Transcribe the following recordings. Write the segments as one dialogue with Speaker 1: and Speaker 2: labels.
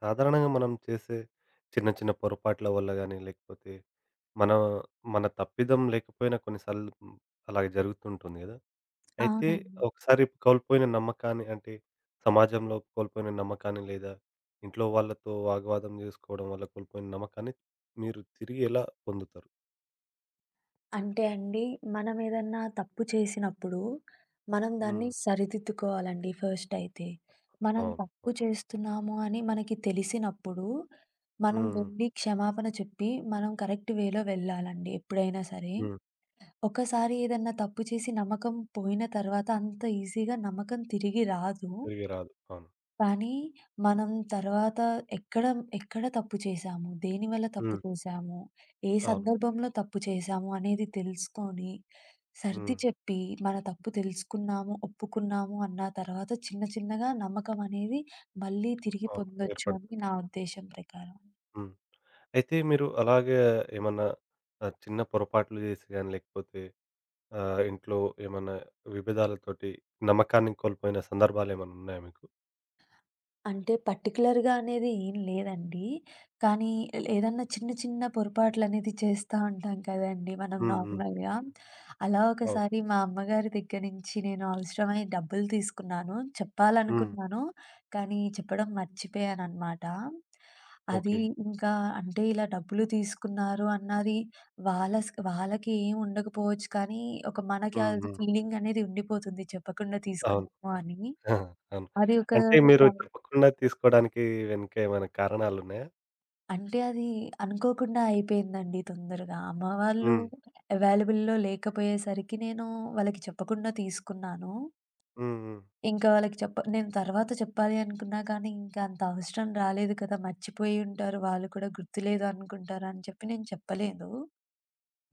Speaker 1: సాధారణంగా మనం చేసే చిన్న చిన్న పొరపాట్ల వల్ల గానీ, లేకపోతే మన మన తప్పిదం లేకపోయినా కొన్నిసార్లు అలాగే జరుగుతుంటుంది గదా! అయితే
Speaker 2: అవునండి.
Speaker 1: ఒకసారి కోల్పోయిన నమ్మకాన్ని అంటే సమాజంలో కోల్పోయిన నమ్మకాన్ని లేదా ఇంట్లో వాళ్ళతో వాగ్వాదం జేసుకోవడం వల్ల కోల్పోయిన నమ్మకాన్ని మీరు తిరిగి ఎలా పొందుతారు?
Speaker 2: అంటే అండి, మనమేదన్నా తప్పు చేసినప్పుడు, మనం దాన్ని
Speaker 1: హ్మ్.
Speaker 2: సరిదిద్దుకోవాలండి ఫస్టయితే. మనం
Speaker 1: అవును.
Speaker 2: తప్పు
Speaker 1: అవును.
Speaker 2: చేస్తున్నాము అని మనకి తెలిసినప్పుడు, మనం
Speaker 1: హ్మ్.
Speaker 2: వెళ్లి క్షమాపణ చెప్పి, మనం కరెక్ట్ వేలో వెళ్ళాలండి ఎప్పుడైనా సరే.
Speaker 1: హ్మ్.
Speaker 2: ఒకసారి ఏదన్నా తప్పు చేసి నమ్మకం పోయిన తర్వాత అంత ఈజీగా నమ్మకం తిరిగి రాదు.
Speaker 1: తిరిగి రాదు. అవును.
Speaker 2: కానీ మనం తర్వాత ఎక్కడ, ఎక్కడ తప్పు చేశాము? దేనివల్ల తప్పు
Speaker 1: హ్మ్.
Speaker 2: చేశాము? ఏ
Speaker 1: అవును.
Speaker 2: సందర్భంలో తప్పు చేశాము అనేది తెలుసుకొని, సర్ది
Speaker 1: హ్మ్.
Speaker 2: చెప్పి, మన తప్పు తెలుసుకున్నాము, ఒప్పుకున్నాము అన్న తర్వాత చిన్న చిన్నగా నమ్మకం అనేది మళ్ళీ తిరిగి
Speaker 1: అవును.
Speaker 2: పొందొచ్చు అని
Speaker 1: ఏర్పడతది.
Speaker 2: నా ఉద్దేశం ప్రకారం.
Speaker 1: హ్మ్. అయితే మీరు అలాగే ఏమన్నా చిన్న పొరపాట్లు జేసి గాని, లేకపోతే ఇంట్లో ఏమన్నా విభేదాలతోటి నమ్మకాన్ని కోల్పోయిన సందర్భాలేమన్నా ఉన్నాయా మీకు?
Speaker 2: అంటే పర్టిక్యులర్‌గా అనేది ఏం లేదండి. కానీ ఏదన్నా చిన్న చిన్న పొరపాట్లనేది చేస్తా ఉంటాం కదండీ మనం
Speaker 1: హ్మ్. హ్మ్.
Speaker 2: నార్మల్‌గా. అలా
Speaker 1: అవును.
Speaker 2: ఒకసారి మా అమ్మగారి దగ్గర నుంచి నేను అవసరమై డబ్బులు తీసుకున్నాను.
Speaker 1: హ్మ్.
Speaker 2: చెప్పాలనుకున్నాను, కానీ చెప్పడం మర్చిపోయాననమాట. అది
Speaker 1: ఓకే.
Speaker 2: ఇంకా అంటే ఇలా డబ్బులు తీసుకున్నారు అన్నది వాళ్ళకి ఏం ఉండకపోవచ్చు కానీ, ఒక మనకి
Speaker 1: హ్మ్.
Speaker 2: అది
Speaker 1: హ్మ్.
Speaker 2: ఫీలింగనేది ఉండిపోతుంది చెప్పకుండా
Speaker 1: అవును.
Speaker 2: తీసుకున్నాము అని.
Speaker 1: ఆ! అవును.
Speaker 2: అది ఒక
Speaker 1: అంటే మీరు చెప్పకుండా తీసుకోవడానికి వెనుక ఏమైనా కారణాలున్నాయా?
Speaker 2: అంటే అది అనుకోకుండా అయిపోయిందండి తొందరగా. అమ్మ వాళ్ళు
Speaker 1: హ్మ్.
Speaker 2: అవైలబుల్‌లో లేకపోయేసరికి నేను వాళ్ళకి చెప్పకుండా తీసుకున్నాను.
Speaker 1: హ్మ్. హ్మ్.
Speaker 2: ఇంకా వాళ్ళకి చెప్ప నేను తర్వాత చెప్పాలి అనుకున్నా కానీ ఇంకా అంత అవసరం రాలేదు కదా! మర్చిపోయి ఉంటారు వాళ్ళు కూడా గుర్తులేదు అనుకుంటారు అని చెప్పి నేను చెప్పలేదు.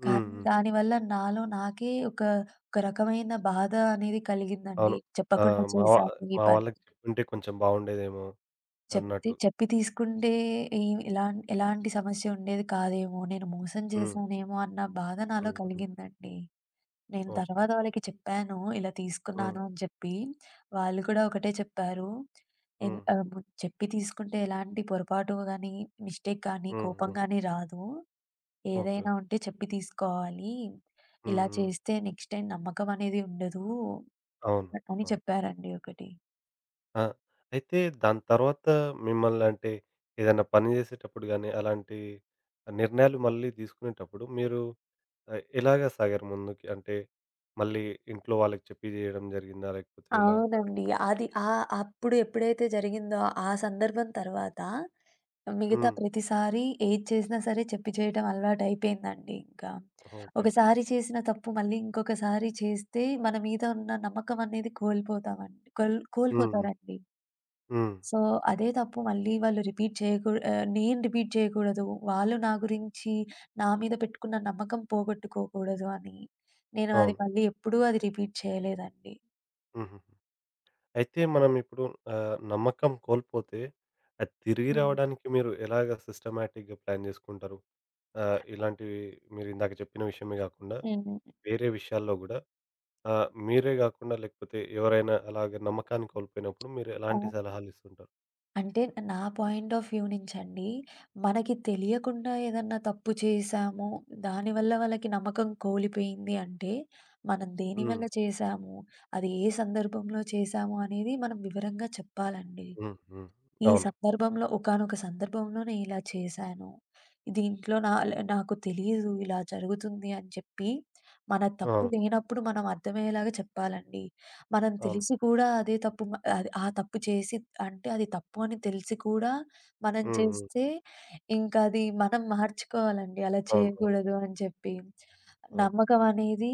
Speaker 1: హ్మ్.
Speaker 2: కానీ
Speaker 1: హ్మ్.
Speaker 2: దానివల్ల నాలో నాకే ఒక, ఒక రకమైన బాధ అనేది కలిగిందండి.
Speaker 1: అవును. ఆ!
Speaker 2: చెప్పకుండా
Speaker 1: మా వా
Speaker 2: చేశాను ఈ
Speaker 1: మా
Speaker 2: పని.
Speaker 1: వాళ్ళకి చెప్పుంటే కొంచెం బావుండేదేమో
Speaker 2: చెప్తే
Speaker 1: అన్నట్టు.
Speaker 2: చెప్పి తీసుకుంటే ఈ ఇలా ఎలాంటి సమస్య ఉండేది కాదేమో! నేను మోసం
Speaker 1: హ్మ్.
Speaker 2: చేశానేమో అన్న బాధ నాలో
Speaker 1: హ్మ్. హ్మ్.
Speaker 2: కలిగిందండి. నేను
Speaker 1: ఓకే.
Speaker 2: తర్వాత వాళ్ళకి చెప్పాను. ఇలా
Speaker 1: హ్మ్.
Speaker 2: తీసుకున్నాను అని చెప్పి. వాళ్ళు కూడా ఒకటే చెప్పారు. ఎన్
Speaker 1: హ్మ్.
Speaker 2: ఆహ్, ము చెప్పి తీసుకుంటే ఎలాంటి పొరపాటు గాని, మిస్టేక్ గాని,
Speaker 1: హ్మ్.
Speaker 2: కోపం
Speaker 1: హ్మ్.
Speaker 2: గాని రాదు.
Speaker 1: ఓకే.
Speaker 2: ఏదైనా ఉంటే చెప్పి తీసుకోవాలి.
Speaker 1: హ్మ్.
Speaker 2: ఇలా
Speaker 1: హ్మ్.
Speaker 2: చేస్తే నెక్స్ట్ టైమ్ నమ్మకం అనేది ఉండదు
Speaker 1: అవును.
Speaker 2: అని
Speaker 1: అవును.
Speaker 2: చెప్పారండి ఒకటి.
Speaker 1: ఆ! అయితే దాని తర్వాత మిమ్మల్ని అంటే ఏదైనా పని చేసేటప్పుడు గాని, అలాంటి నిర్ణయాలు మళ్ళీ తీసుకునేటప్పుడు మీరు ఎలాగా సాగారు ముందుకి? అంటే మళ్ళీ ఇంట్లో వాళ్ళకి చెప్పి చేయడం జరిగిందా? లేకపోతే ఎలా?
Speaker 2: అవునండి. అది అప్పుడు ఎప్పుడైతే జరిగిందో ఆ సందర్భం తర్వాత మిగతా
Speaker 1: హ్మ్.
Speaker 2: ప్రతిసారి ఏది చేసినా సరే చెప్పి చేయడం అలవాటయిపోయిందండి ఇంకా.
Speaker 1: ఓకే.
Speaker 2: ఒకసారి చేసిన తప్పు మళ్ళీ ఇంకొకసారి చేస్తే మన మీద ఉన్న నమ్మకం అనేది కోల్పోతామండి. కోల్
Speaker 1: హ్మ్.
Speaker 2: కోల్పోతారండి.
Speaker 1: హ్మ్.
Speaker 2: సో, అదే తప్పు మళ్ళీ వాళ్ళు రిపీట్ చేయకూ ఆహ్, నేను రిపీట్ చేయకూడదు. వాళ్ళు నా గురించి నా మీద పెట్టుకున్న నమ్మకం పోగొట్టుకోకూడదు అని. నేను అది
Speaker 1: అవును.
Speaker 2: మళ్ళీ ఎప్పుడూ అది రిపీట్ చేయలేదండి.
Speaker 1: హుహుహు. అయితే మనం ఇప్పుడు నమ్మకం కోల్పోతే అది తిరిగి
Speaker 2: హ్మ్.
Speaker 1: రావడానికి మీరు ఎలాగా సిస్టమాటిక్‌గా ప్లాన్ చేసుకుంటారు? ఇలాంటివి మీరు ఇందాక చెప్పిన విషయమే కాకుండా
Speaker 2: హ్మ్.
Speaker 1: వేరే విషయాల్లో గూడా ఆ! మీరే గాకుండా లేకపోతే ఎవరైనా అలాగ నమ్మకాన్ని కోల్పోయినప్పుడు మీరు ఎలాంటి
Speaker 2: అవును.
Speaker 1: సలహాలు ఇస్తుంటారు?
Speaker 2: అంటే నా పాయింట్ ఆఫ్ వ్యూ నుంచండి, మనకి తెలియకుండా ఏదన్నా తప్పు చేశాము, దానివల్ల వాళ్ళకి నమ్మకం కోల్పోయింది అంటే, మనం
Speaker 1: హ్మ్.
Speaker 2: దేనివల్ల చేశాము, అది ఏ సందర్భంలో చేశాము అనేది మనం వివరంగా చెప్పాలండి.
Speaker 1: హ్మ్. హ్మ్.
Speaker 2: ఈ
Speaker 1: అవును.
Speaker 2: సందర్భంలో ఒకానొక సందర్భంలో నేనిలా చేశాను. దీంట్లో నాకు తెలీదు ఇలా జరుగుతుంది అని చెప్పి, మన తప్పు
Speaker 1: అవును.
Speaker 2: లేనప్పుడు మనం అర్థమయ్యేలాగా చెప్పాలండి. మనం
Speaker 1: అవును.
Speaker 2: తెలిసి కూడా అదే తప్పు మ అది ఆ తప్పు చేసి అంటే అది తప్పు అని తెలిసి కూడా మనం
Speaker 1: హ్మ్. హ్మ్.
Speaker 2: చేస్తే, ఇంకా అది మనం మార్చుకోవాలండి. అలా
Speaker 1: అవును. అవును.
Speaker 2: చేయకూడదు అని చెప్పి.
Speaker 1: అవును.
Speaker 2: నమ్మకం అనేది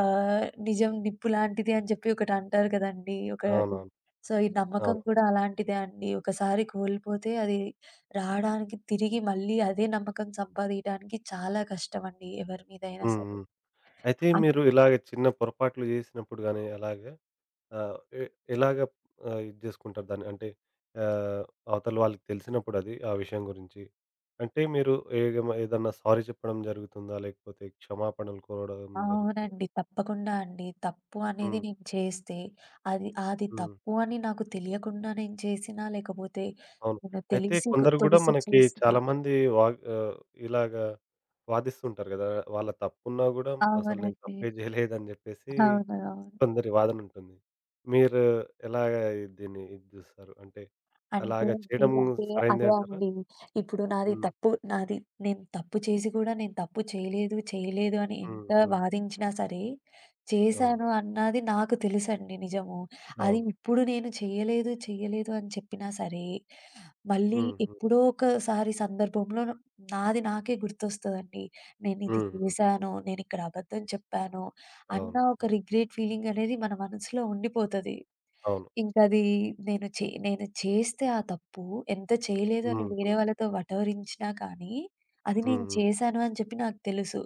Speaker 2: నిజం నిప్పు లాంటిది అని చెప్పి ఒకటి అంటారు కదండీ! ఒకటి
Speaker 1: అవునవును.
Speaker 2: సో, ఈ నమ్మకం
Speaker 1: అవును.
Speaker 2: కూడా అలాంటిదే అండి. ఒకసారి కోల్పోతే అది రాడానికి తిరిగి మళ్ళీ అదే నమ్మకం సంపాదియడానికి చాలా కష్టమండి ఎవరి మీదైనా
Speaker 1: హ్మ్.
Speaker 2: సరే.
Speaker 1: హ్మ్. అయితే
Speaker 2: అన్
Speaker 1: మీరు ఇలాగ చిన్న పొరపాట్లు జేసినప్పుడు గాని అలాగా ఆహ్, ఎ ఎలాగ ఇది జేసుకుంటారు దాన్ని? అంటే ఆహ్, అవతల వాళ్ళకి తెలిసినప్పుడు అది ఆ విషయం గురించి. అంటే మీరు ఏదన్నా సారీ చెప్పడం జరుగుతుందా? లేకపోతే క్షమాపణలు కోరడం జరుగుతుందా?
Speaker 2: అవునండి. తప్పకుండా అండి. తప్పు అనేది
Speaker 1: హ్మ్.
Speaker 2: నేను చేస్తే అది అది
Speaker 1: హ్మ్.
Speaker 2: తప్పు అని నాకు తెలియకుండా నేను చేసినా, లేకపోతే
Speaker 1: అవును.
Speaker 2: నేను
Speaker 1: అయితే కొందరు గూడా
Speaker 2: తెలిసి
Speaker 1: మనకి
Speaker 2: చేసినా
Speaker 1: చాలామంది వాగ్ ఆహ్, ఇలాగా వాదిస్తుంటారు గదా! వాళ్ళ తప్పున్నా గూడా అసలు నేను
Speaker 2: అవునండి.
Speaker 1: తప్పే జేయలేదని జెప్పేసి
Speaker 2: అవును. అవును.
Speaker 1: కొందరి వాదనుంటుంది. మీరు ఎలాగ దీన్ని ఇది జూస్తారు? అంటే
Speaker 2: అంటే
Speaker 1: అలాగ
Speaker 2: అండి
Speaker 1: చేయడం
Speaker 2: అంటే
Speaker 1: సరైందే
Speaker 2: అదే
Speaker 1: అంటారా?
Speaker 2: అండి. ఇప్పుడు
Speaker 1: హ్మ్.
Speaker 2: నాది నేను తప్పు చేసి కూడా నేను తప్పు చేయలేదు, చేయలేదు అని
Speaker 1: హ్మ్.
Speaker 2: ఎంత
Speaker 1: హ్మ్.
Speaker 2: వాదించినా సరే,
Speaker 1: అవును.
Speaker 2: చేశాను అన్నది నాకు తెలుసండి నిజము. అది
Speaker 1: అవును.
Speaker 2: ఇప్పుడు నేను చేయలేదు, చేయలేదు అని చెప్పినా సరే, మళ్ళీ
Speaker 1: హ్మ్. హ్మ్.
Speaker 2: ఎప్పుడో ఒకసారి సందర్భంలో నాది నాకే గుర్తొస్తదండి. నేనిది
Speaker 1: హ్మ్. హ్మ్.
Speaker 2: చేశాను, నేనిక్కడ అబద్ధం చెప్పాను అన్న
Speaker 1: అవును.
Speaker 2: ఒక
Speaker 1: అవును.
Speaker 2: రిగ్రెట్ ఫీలింగ్ అనేది మన మనసులో ఉండిపోతది.
Speaker 1: అవును.
Speaker 2: ఇంకది నేను చేస్తే ఆ తప్పు ఎంత చేయలేదు అని
Speaker 1: హ్మ్.
Speaker 2: వేరే
Speaker 1: హ్మ్.
Speaker 2: వాళ్ళతో వటవరించినా కానీ, అది నేను
Speaker 1: హ్మ్. హ్మ్.
Speaker 2: చేశాను అని చెప్పి నాకు తెలుసు.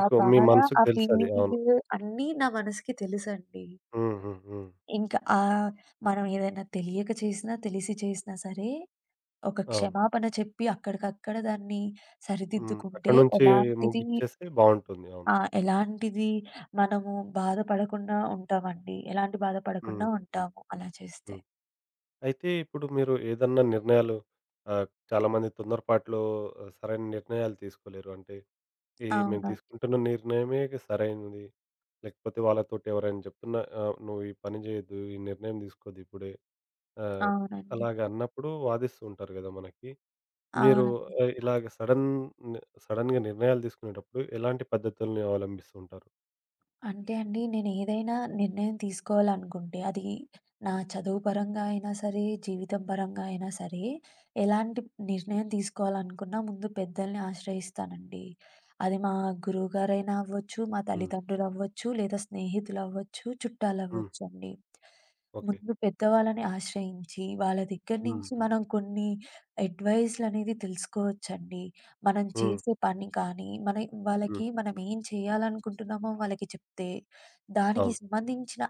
Speaker 2: ఆ
Speaker 1: మీ
Speaker 2: బాధ,
Speaker 1: మనసుకు
Speaker 2: ఆ
Speaker 1: తెలుసది. అవును.
Speaker 2: ఫీలింగ్ అన్నీ నా మనసుకి తెలుసండి.
Speaker 1: హ్మ్. హ్మ్. హ్మ్.
Speaker 2: ఇంకా మనం ఏదైనా తెలియక చేసినా, తెలిసి చేసినా సరే, ఒక
Speaker 1: అవును.
Speaker 2: క్షమాపణ చెప్పి అక్కడికక్కడ దాన్ని
Speaker 1: హ్మ్.
Speaker 2: సరిదిద్దుకుంటే
Speaker 1: అక్కడి నుంచి
Speaker 2: ఎలాంటిది
Speaker 1: ముగించేస్తే బావుంటుంది. అవును.
Speaker 2: ఆ! ఎలాంటిది మనము బాధపడకుండా ఉంటామండి. ఎలాంటి బాధ
Speaker 1: హ్మ్.
Speaker 2: పడకుండా
Speaker 1: హ్మ్.
Speaker 2: ఉంటాము అలా చేస్తే.
Speaker 1: హ్మ్. అయితే ఇప్పుడు మీరు ఏదన్నా నిర్ణయాలు చాలామంది తొందరపాటులో సరైన నిర్ణయాలు తీసుకోలేరు. అంటే ఈ మేము
Speaker 2: అవును.
Speaker 1: తీసుకుంటున్న నిర్ణయమే సరైనది. లేకపోతే వాళ్ళతోటి ఎవరైనా చెప్తున్నా "నువ్వు ఈ పని చేయొద్దు. ఈ నిర్ణయం తీసుకోవద్దు ఇప్పుడే." ఆహ్,
Speaker 2: అవునండి.
Speaker 1: అలాగ అన్నప్పుడు వాదిస్తూ ఉంటారు గదా మనకి. మీరు
Speaker 2: అవునండి.
Speaker 1: ఇలాగ సడన్ ని సడెన్‌గా నిర్ణయాలు తీసుకునేటప్పుడు ఎలాంటి పద్ధతుల్ని అవలంబిస్తూ ఉంటారు?
Speaker 2: అంటే అండి నేనేదైనా నిర్ణయం తీసుకోవాలనుకుంటే అది నా చదువు పరంగా అయినా సరే, జీవితం పరంగా అయినా సరే, ఎలాంటి నిర్ణయం తీసుకోవాలనుకున్నా ముందు పెద్దల్ని ఆశ్రయిస్తానండి. అది మా గురువుగారైనా అవ్వచ్చు, మా
Speaker 1: హ్మ్.
Speaker 2: తల్లిదండ్రులవ్వచ్చు, లేదా స్నేహితులవ్వచ్చు,
Speaker 1: హ్మ్.
Speaker 2: చుట్టాలవ్వచ్చండి.
Speaker 1: ఓకే.
Speaker 2: ముందు పెద్దవాళ్ళని ఆశ్రయించి, వాళ్ళ దగ్గర
Speaker 1: హ్మ్.
Speaker 2: నుంచి
Speaker 1: హ్మ్.
Speaker 2: మనం కొన్ని అడ్వైస్‌లనేవి తెలుసుకోవచ్చండి. మనం
Speaker 1: హ్మ్.
Speaker 2: చేసే పని కానీ, మన
Speaker 1: హ్మ్.
Speaker 2: వాళ్ళకి మనం ఏం చేయాలనుకుంటున్నామో వాళ్ళకి చెప్తే, దానికి
Speaker 1: అవును.
Speaker 2: సంబంధించిన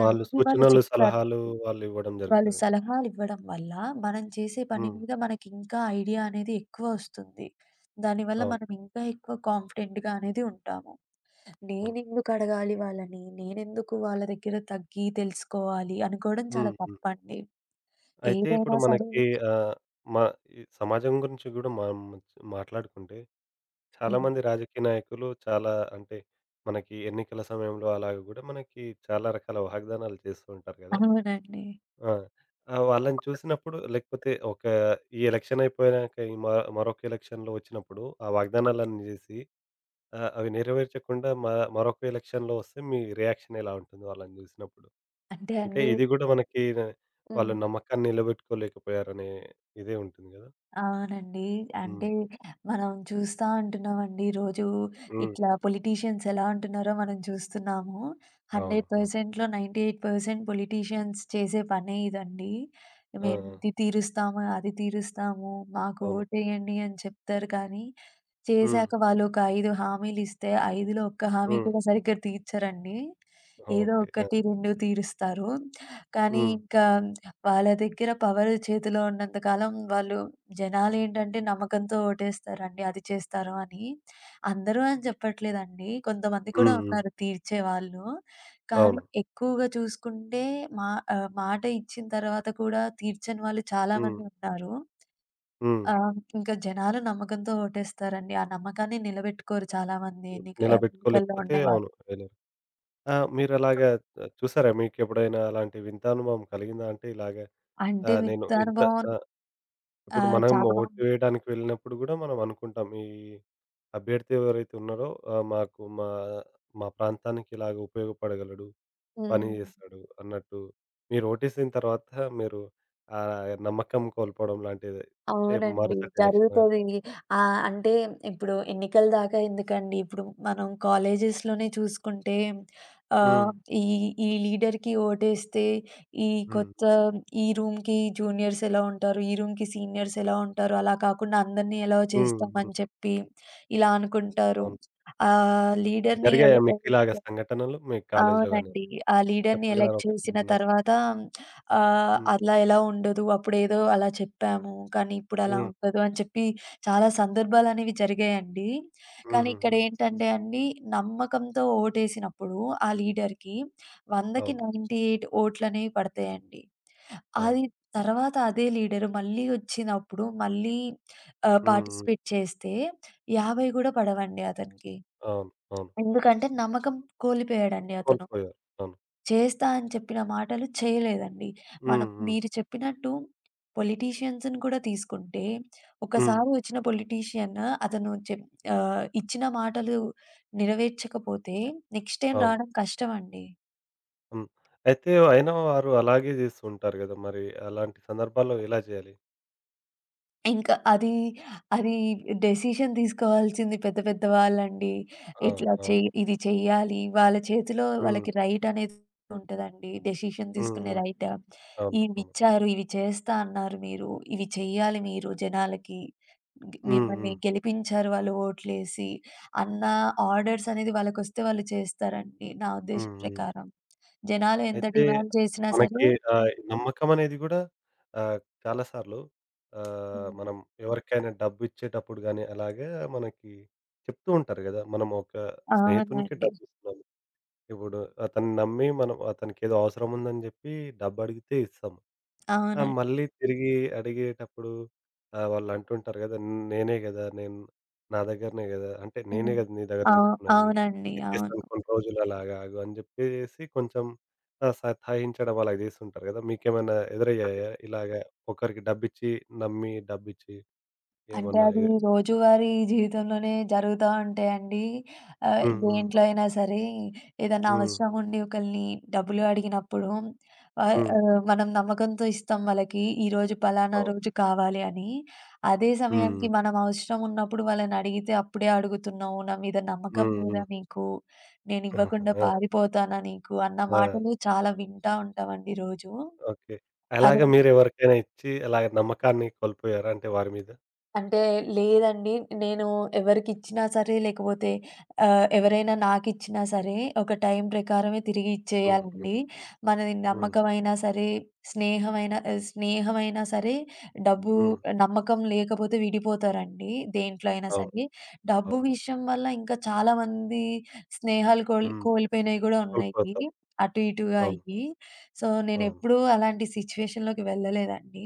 Speaker 1: వాళ్ళు
Speaker 2: వాళ్ళు
Speaker 1: సూచనలు, సలహాలు
Speaker 2: చెప్తారండి.
Speaker 1: వాళ్ళివ్వడం
Speaker 2: వాళ్ళు
Speaker 1: జరుగుతది.
Speaker 2: సలహాలివ్వడం వల్ల, మనం చేసే పని
Speaker 1: హ్మ్.
Speaker 2: మీద మనకి ఇంకా ఐడియా అనేది ఎక్కువ వస్తుంది. దానివల్ల
Speaker 1: అవును.
Speaker 2: మనం ఇంకా ఎక్కువ కాన్ఫిడెంట్‌గా అనేది ఉంటాము.
Speaker 1: అవును.
Speaker 2: నేనెందుకు అడగాలి వాళ్ళని? నేనెందుకు వాళ్ళ దగ్గర తగ్గి తెలుసుకోవాలి అనుకోవడం చాలా
Speaker 1: హ్మ్. హ్మ్.
Speaker 2: తప్పండి.
Speaker 1: అయితే ఇప్పుడు
Speaker 2: ఏదైనా సరే
Speaker 1: మనకి ఆహ్, మ ఈ సమాజం గురించి గూడా మనం మాట్లాడుకుంటే
Speaker 2: హ్మ్.
Speaker 1: చాలామంది రాజకీయ నాయకులు చాలా అంటే మనకి ఎన్నికల సమయంలో అలాగ గూడా మనకి చాలా రకాల వాగ్దానాలు చేస్తూ ఉంటారు గదా!
Speaker 2: అవునండి.
Speaker 1: ఆ! ఆ! వాళ్ళని చూసినప్పుడు లేకపోతే ఒక ఈ ఎలక్షన్ అయిపోయినాక ఈ మ మరొక ఎలక్షన్‌లో వచ్చినప్పుడు ఆ వాగ్దానాలన్నీ జేసి ఆ! అవి నెరవేర్చకుండా మరొక ఎలక్షన్‌లో వస్తే మీ రియాక్షన్ ఎలా ఉంటుంది వాళ్ళని చూసినప్పుడు?
Speaker 2: అంటే
Speaker 1: అంటే
Speaker 2: అండి
Speaker 1: ఇది గూడా మనకి న
Speaker 2: హ్మ్.
Speaker 1: వాళ్ళు నమ్మకాన్ని నిలబెట్టుకోలేకపోయారనే ఇదే ఉంటుంది గదా!
Speaker 2: అవునండి. అంటే
Speaker 1: హ్మ్.
Speaker 2: మనం చూస్తా ఉంటున్నామండి రోజు
Speaker 1: హ్మ్.
Speaker 2: ఇట్లా పొలిటీషియన్స్ ఎలా ఉంటున్నారో మనం చూస్తున్నాము.
Speaker 1: అవును. అవును.
Speaker 2: 100%లో 98% పొలిటీషియన్స్ చేసే పనే ఇదండి.
Speaker 1: ఆ!
Speaker 2: మేము
Speaker 1: ఆ!
Speaker 2: ఇది తీరుస్తాము, అది తీరుస్తాము, మాకు
Speaker 1: అవును.
Speaker 2: ఓటేయండి అని చెప్తారు కానీ
Speaker 1: హ్మ్.
Speaker 2: చేశాక వాళ్ళొక 5 హామీలిస్తే 5లో ఒక్క హామీ
Speaker 1: హ్మ్.
Speaker 2: కూడా సరిగ్గా తీర్చరండి. ఏదో
Speaker 1: ఓకే. ఆ!
Speaker 2: ఒకటి, 2 తీరుస్తారు. కానీ
Speaker 1: హ్మ్.
Speaker 2: ఇంకా వాళ్ళ దగ్గర పవర్ చేతిలో ఉన్నంత కాలం వాళ్ళు జనాలేంటంటే నమ్మకంతో ఓటేస్తారండి. అది చేస్తారు అని. అందరూ అని చెప్పట్లేదండి. కొంతమంది కూడా
Speaker 1: హ్మ్. హ్మ్.
Speaker 2: ఉన్నారు తీర్చేవాళ్ళు. కానీ
Speaker 1: అవును.
Speaker 2: ఎక్కువగా చూసుకుంటే మా మాట ఇచ్చిన తర్వాత కూడా తీర్చని వాళ్ళు
Speaker 1: హ్మ్.
Speaker 2: చాలామంది ఉన్నారు.
Speaker 1: హ్మ్.
Speaker 2: ఆ! ఇంకా జనాలు నమ్మకంతో ఓటేస్తారండి. ఆ నమ్మకాన్ని నిలబెట్టుకోరు చాలామంది ఎన్నికల్లో
Speaker 1: నిలబెట్టుకోలేకపోతే
Speaker 2: ఉండేవాళ్ళు.
Speaker 1: అవును. వెళ్ళారు. ఆ! మీరలాగా చూసారా మీకెప్పుడైనా అలాంటి వింత అనుభవం కలిగిందా? అంటే ఇలాగ
Speaker 2: అంటే
Speaker 1: ఆహ్, నేను ఇంత
Speaker 2: విత్తానుభవం
Speaker 1: ఆ! ఇప్పుడు
Speaker 2: ఆహ్,
Speaker 1: మనం
Speaker 2: చాలా
Speaker 1: ఓటు వేయడానికి వెళ్ళినప్పుడు గూడా మనం అనుకుంటాం. ఈ అభ్యర్థి ఎవరైతే ఉన్నారో ఆహ్, మాకు మా మా ప్రాంతానికి ఇలాగ ఉపయోగపడగలడు, పని
Speaker 2: హ్మ్.
Speaker 1: జేస్తాడు అన్నట్టు. మీరు ఓటేసిన తర్వాత మీరు ఆ నమ్మకం కోల్పోవడం లాంటిది
Speaker 2: అవునండి.
Speaker 1: మరుసటి ఎలక్షన్ గాని.
Speaker 2: జరుగుతది. అంటే ఇప్పుడు ఎన్నికల దాకా ఎందుకండి. ఇప్పుడు మనం కాలేజెస్‌లోనే చూసుకుంటే
Speaker 1: హ్మ్.
Speaker 2: ఆహ్, ఈ ఈ లీడర్‌కి ఓటేస్తే ఈ
Speaker 1: హ్మ్.
Speaker 2: కొత్త ఈ రూమ్‌కి జూనియర్స్ ఎలా ఉంటారు, ఈ రూమ్‌కి సీనియర్స్ ఎలా ఉంటారు, అలా కాకుండా అందరిని ఎలో
Speaker 1: హ్మ్. హ్మ్.
Speaker 2: చేస్తామని చెప్పి ఇలా అనుకుంటారు.
Speaker 1: అవును.
Speaker 2: ఆహ్, లీడర్‌ని ఎల
Speaker 1: జరిగాయా మీకిలాగ సంఘటనలు మీ కాలేజీలో గాని?
Speaker 2: అవునండి. ఆ లీడర్‌ని
Speaker 1: చెప్పగలరా
Speaker 2: ఎలక్ట్
Speaker 1: ఒకటి
Speaker 2: చేసిన
Speaker 1: చిన్నది?
Speaker 2: తర్వాత
Speaker 1: హ్మ్.
Speaker 2: అలా ఎలా ఉండదు. అప్పుడేదో అలా చెప్పాము. కానీ ఇప్పుడలా
Speaker 1: హ్మ్.
Speaker 2: ఉండదు అని చెప్పి చాలా సందర్భాలనేవి జరిగాయండి. కానీ
Speaker 1: హుహుహు.
Speaker 2: ఇక్కడేంటంటే అండి, నమ్మకంతో ఓటేసినప్పుడు ఆ లీడర్‌కి 100కి
Speaker 1: అవును.
Speaker 2: 98 ఓట్లనేవి పడతాయండి.
Speaker 1: అవును.
Speaker 2: అది తర్వాత అదే లీడర్ మళ్ళీ వచ్చినప్పుడు మళ్ళీ
Speaker 1: హ్మ్. హ్మ్.
Speaker 2: పార్టిసిపేట్ చేస్తే 50 కూడా పడవండి అతనికి.
Speaker 1: అవును. అవును.
Speaker 2: ఎందుకంటే నమ్మకం కోల్పోయాడండి అతను.
Speaker 1: కోల్పోయారు. అవును.
Speaker 2: చేస్తా అని చెప్పిన మాటలు చేయలేదండి. మనం
Speaker 1: హ్మ్. హ్మ్.
Speaker 2: మీరు చెప్పినట్టు పొలిటీషియన్స్‌ని కూడా తీసుకుంటే,
Speaker 1: హ్మ్.
Speaker 2: ఒకసారి వచ్చిన పొలిటీషియన్ అతను చెప్ ఇచ్చిన మాటలు నెరవేర్చకపోతే నెక్స్ట్ టైమ్
Speaker 1: అవును.
Speaker 2: రావడం కష్టమండి.
Speaker 1: హ్మ్. అయితే అయినా వారు అలాగే చేస్తూ ఉంటారు గదా! మరి అలాంటి సందర్భాల్లో ఎలా చేయాలి?
Speaker 2: ఇంకా అది, అది డెసిషన్ తీసుకోవాల్సింది పెద్ద పెద్ద వాళ్ళండి.
Speaker 1: అవును.
Speaker 2: ఇట్లా
Speaker 1: అవును.
Speaker 2: చెయ్ ఇది చెయ్యాలి. వాళ్ళ చేతిలో
Speaker 1: హ్మ్.
Speaker 2: వాళ్ళకి రైట్ అనేది ఉంటదండి. డెసిషన్
Speaker 1: హ్మ్.
Speaker 2: తీసుకునే
Speaker 1: హ్మ్.
Speaker 2: రైట్.
Speaker 1: అవును. అవును.
Speaker 2: ఇవిచ్చారు, ఇవి చేస్తా అన్నారు మీరు. ఇవి చెయ్యాలి మీరు జనాలకి.
Speaker 1: హ్మ్.
Speaker 2: మిమ్మల్ని
Speaker 1: హ్మ్.
Speaker 2: గెలిపించారు వాళ్ళు ఓట్లేసి అన్న ఆర్డర్స్ అనేది వాళ్ళకొస్తే వాళ్ళు చేస్తారండి నా ఉద్దేశం
Speaker 1: హ్మ్. హ్మ్.
Speaker 2: ప్రకారం. జనాలు ఎంత
Speaker 1: అయితే
Speaker 2: డిమాండ్ చేసినా సరే
Speaker 1: మనకి నమ్మకం అనేది గూడా ఆహ్, చాలా సార్లు
Speaker 2: హ్మ్.
Speaker 1: మనం ఎవరికైనా డబ్బిచ్చేటప్పుడు గానీ, అలాగే మనకి చెప్తూ ఉంటారు గదా! మనం ఒక స్నేహితునికి
Speaker 2: అవునండి.
Speaker 1: డబ్బిస్తున్నాము. ఇప్పుడు అతన్ని నమ్మి మనం అతనికేదో అవసరం ఉందని జెప్పి డబ్బడిగితే ఇస్తాం. ఆ!
Speaker 2: అవునండి.
Speaker 1: మళ్ళీ తిరిగి అడిగేటప్పుడు వాళ్ళు అంటుంటారు గదా! నేనే గదా! నేను నా దగ్గరనే గదా! అంటే
Speaker 2: హ్మ్.
Speaker 1: నేనే గదా! నీ దగ్గర
Speaker 2: అవు
Speaker 1: తీసుకున్నది.
Speaker 2: అవునండి. అవును.
Speaker 1: ఇచ్చేస్తాను కొన్ని రోజులు అలాగా ఆగు అని జెప్పేసి కొంచెం సతాయించడం అలా జేస్తుంటారు గదా! మీకేమైనా ఎదురయ్యాయా? ఇలాగ ఒకరికి డబ్బిచ్చి నమ్మి డబ్బిచ్చి
Speaker 2: అంటే
Speaker 1: ఏమన్నా
Speaker 2: అది
Speaker 1: ఎ
Speaker 2: రోజువారీ జీవితంలోనే జరుగుతా ఉంటాయండి. ఆహ్,
Speaker 1: హ్మ్. హ్మ్.
Speaker 2: దేంట్లో అయినా సరే ఏదన్నా
Speaker 1: హ్మ్.
Speaker 2: అవసరం ఉండి ఒకళ్ళని డబ్బులు అడిగినప్పుడు ఆహ్,
Speaker 1: హ్మ్.
Speaker 2: ఆహ్, మనం నమ్మకంతో ఇస్తాం వాళ్ళకి. ఈరోజు పలానా
Speaker 1: అవును.
Speaker 2: రోజు కావాలి అని. అదే
Speaker 1: హ్మ్.
Speaker 2: సమయానికి మనం అవసరం ఉన్నప్పుడు వాళ్ళని అడిగితే అప్పుడే అడుగుతున్నావు. నా మీద నమ్మకం
Speaker 1: హ్మ్.
Speaker 2: లేదా
Speaker 1: హ్మ్.
Speaker 2: నీకు? నేను ఇవ్వకుండా
Speaker 1: ఆ!
Speaker 2: పారిపోతానా నీకు? అన్న
Speaker 1: ఆ!
Speaker 2: మాటలు చాలా వింటా ఉంటామండి రోజు.
Speaker 1: ఓకే.
Speaker 2: అదే
Speaker 1: అలాగా మీరెవరికైనా ఇచ్చి అలాగ నమ్మకాన్ని కోల్పోయారా? అంటే వారి మీద?
Speaker 2: అంటే లేదండి. నేను ఎవరికిచ్చినా సరే లేకపోతే ఎవరైనా నాకిచ్చినా సరే ఒక టైం ప్రకారమే తిరిగి
Speaker 1: హ్మ్. హ్మ్.
Speaker 2: ఇచ్చేయాలండి. మనది
Speaker 1: హ్మ్.
Speaker 2: నమ్మకమైనా సరే, స్నేహమైనా సరే డబ్బు
Speaker 1: హ్మ్.
Speaker 2: నమ్మకం లేకపోతే విడిపోతారండి దేంట్లో అయినా
Speaker 1: అవును.
Speaker 2: సరే. డబ్బు
Speaker 1: అవును.
Speaker 2: విషయం వల్ల ఇంకా చాలామంది స్నేహాలు
Speaker 1: హ్మ్.
Speaker 2: కోల్పోయినయి గూడా ఉన్నాయి.
Speaker 1: కోల్పోతాం.
Speaker 2: అటు ఇటుగా
Speaker 1: అవును.
Speaker 2: అయ్యి. సో,
Speaker 1: అవును.
Speaker 2: నేనెప్పుడూ అలాంటి సిట్యుయేషన్‌లోకి వెళ్ళలేదండి.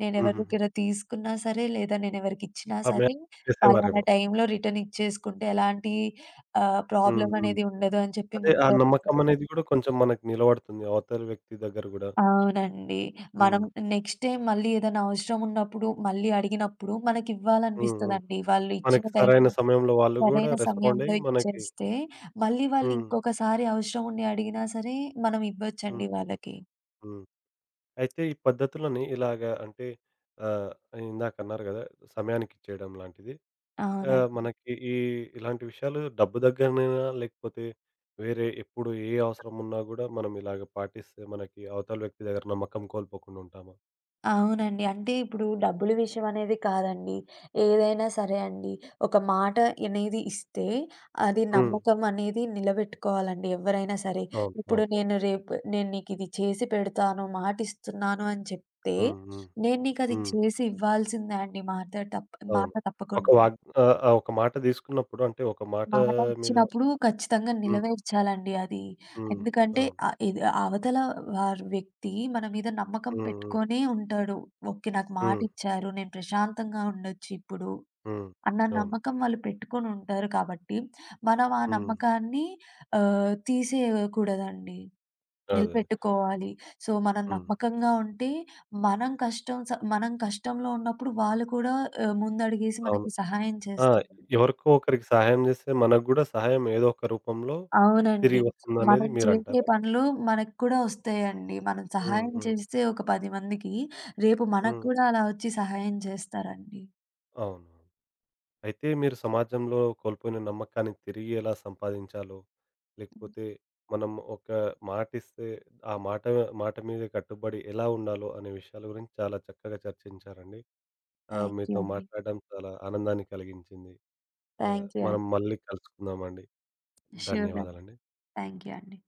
Speaker 2: నేనెవరి
Speaker 1: హుహుహు.
Speaker 2: దగ్గర తీసుకున్నా సరే, లేదా నేనెవరికిచ్చినా
Speaker 1: ఆమె
Speaker 2: సరే, పలానా
Speaker 1: చేసేవారేమో.
Speaker 2: టైంలో రిటర్న్ ఇచ్చేసుకుంటే ఎలాంటి
Speaker 1: హ్మ్.
Speaker 2: ప్రాబ్లమ్
Speaker 1: హ్మ్.
Speaker 2: అనేది ఉండదు అని చెప్పి
Speaker 1: అదే ఆ
Speaker 2: ముందే
Speaker 1: నమ్మకం
Speaker 2: మాట్లాడుకున్నాం.
Speaker 1: అనేది గూడా కొంచెం మనకు నిలబడుతుంది అవతలి వ్యక్తి దగ్గర గూడా.
Speaker 2: అవునండి. మనం
Speaker 1: హ్మ్.
Speaker 2: నెక్స్ట్ టైం మళ్ళీ ఏదైనా అవసరం ఉన్నప్పుడు, మళ్ళీ అడిగినప్పుడు
Speaker 1: హ్మ్. హ్మ్.
Speaker 2: మనకివ్వాలనిపిస్తదండి. వాళ్ళు ఇచ్చిన
Speaker 1: మనకి
Speaker 2: టైం
Speaker 1: సరైన సమయంలో వాళ్ళు గూడా
Speaker 2: సరైన
Speaker 1: రెస్పాండ్
Speaker 2: సమయంలో
Speaker 1: అయ్యి మనకి
Speaker 2: ఇచ్చేస్తే, మళ్ళీ వాళ్ళు
Speaker 1: హ్మ్.
Speaker 2: ఇంకొకసారి అవసరం ఉండి అడిగినా సరే, మనం
Speaker 1: హ్మ్.
Speaker 2: ఇవ్వొచ్చండి
Speaker 1: హ్మ్.
Speaker 2: వాళ్ళకి.
Speaker 1: హ్మ్. అయితే ఈ పద్ధతులని ఇలాగ అంటే ఆహ్, ఇందాకన్నారు గదా! సమయానికిచ్చేయడం లాంటిది. ఆ!
Speaker 2: అవునండి.
Speaker 1: మనకి ఈ ఇలాంటి విషయాలు డబ్బు దగ్గరనైనా లేకపోతే వేరే ఎప్పుడు ఏ అవసరం ఉన్నా గూడా మనం ఇలాగ పాటిస్తే మనకి అవతల వ్యక్తి దగ్గర నమ్మకం కోల్పోకుండా ఉంటాము.
Speaker 2: అవునండి. అంటే ఇప్పుడు డబ్బుల విషయం అనేది కాదండి. ఏదైనా సరే అండి. ఒక మాట అనేది ఇస్తే అది
Speaker 1: హ్మ్.
Speaker 2: నమ్మకం అనేది నిలబెట్టుకోవాలండి ఎవరైనా సరే.
Speaker 1: అవును.
Speaker 2: ఇప్పుడు
Speaker 1: అవును.
Speaker 2: నేను రేపు నేను నీకిది చేసి పెడతాను, మాటిస్తున్నాను అని చెప్తే,
Speaker 1: హ్మ్. హ్మ్.
Speaker 2: నేను నీకది
Speaker 1: హ్మ్.
Speaker 2: చేసి ఇవ్వాల్సిందే అండి మాట
Speaker 1: అవును. ఒక
Speaker 2: తప్పకుండా.
Speaker 1: వాగ్ ఆహ్, ఆహ్, ఒక మాట తీసుకున్నప్పుడు అంటే ఒక మాట
Speaker 2: మాట
Speaker 1: మీద
Speaker 2: ఇచ్చినప్పుడు ఖచ్చితంగా
Speaker 1: హ్మ్.
Speaker 2: నిలవేర్చాలండి అది.
Speaker 1: హ్మ్.
Speaker 2: ఎందుకంటే
Speaker 1: అవును.
Speaker 2: ఆహ్, ఇది అవతల వారి వ్యక్తి మన మీద నమ్మకం
Speaker 1: హ్మ్. హ్మ్.
Speaker 2: పెట్టుకొనే ఉంటాడు. ఓకే. నాకు
Speaker 1: హ్మ్.
Speaker 2: మాటిచ్చారు. నేను ప్రశాంతంగా ఉండొచ్చు ఇప్పుడు
Speaker 1: హ్మ్.
Speaker 2: అన్న
Speaker 1: అవును.
Speaker 2: నమ్మకం వాళ్ళు పెట్టుకొని ఉంటారు కాబట్టి, మనం ఆ
Speaker 1: హ్మ్.
Speaker 2: నమ్మకాన్ని తీసేయకూడదండి.
Speaker 1: అదే.
Speaker 2: నిలబెట్టుకోవాలి. సో, మనం
Speaker 1: హ్మ్.
Speaker 2: నమ్మకంగా ఉంటే మనం కష్టంలో ఉన్నప్పుడు వాళ్ళు కూడా ముందడుగేసి
Speaker 1: అవును.
Speaker 2: మనకి సహాయం
Speaker 1: ఆ!
Speaker 2: చేస్తారండి.
Speaker 1: ఎవరికో ఒకరికి సహాయం చేస్తే మనకు గూడా సహాయం ఏదో ఒక రూపంలో
Speaker 2: అవునండి.
Speaker 1: తిరిగి వస్తుందనేది
Speaker 2: మనం చేసే
Speaker 1: మీరంటారా?
Speaker 2: పనులు మనకు కూడా వస్తాయండి. మనం
Speaker 1: హ్మ్.
Speaker 2: సహాయం
Speaker 1: హ్మ్.
Speaker 2: చేస్తే ఒక 10 మందికి, రేపు మనకు
Speaker 1: హ్మ్.
Speaker 2: కూడా అలా వచ్చి సహాయం చేస్తారండి.
Speaker 1: అవును. అయితే మీరు సమాజంలో కోల్పోయిన నమ్మకాన్ని తిరిగి ఎలా సంపాదించాలో, లేకపోతే మనం ఒక మాటిస్తే ఆ మాట మాట మీద కట్టుబడి ఎలా ఉండాలో అనే విషయాల గురించి చాలా చక్కగా చర్చించారండి.
Speaker 2: థ్యాంక్ యూ
Speaker 1: మీతో
Speaker 2: అండి.
Speaker 1: మాట్లాడడం చాలా ఆనందాన్ని కలిగించింది.
Speaker 2: థ్యాంక్ యూ
Speaker 1: మనం
Speaker 2: అండి.
Speaker 1: మళ్ళీ కలుసుకుందామండి.
Speaker 2: ష్యూర్ అండి.
Speaker 1: ధన్యవాదాలండి.
Speaker 2: థ్యాంక్ యూ అండి.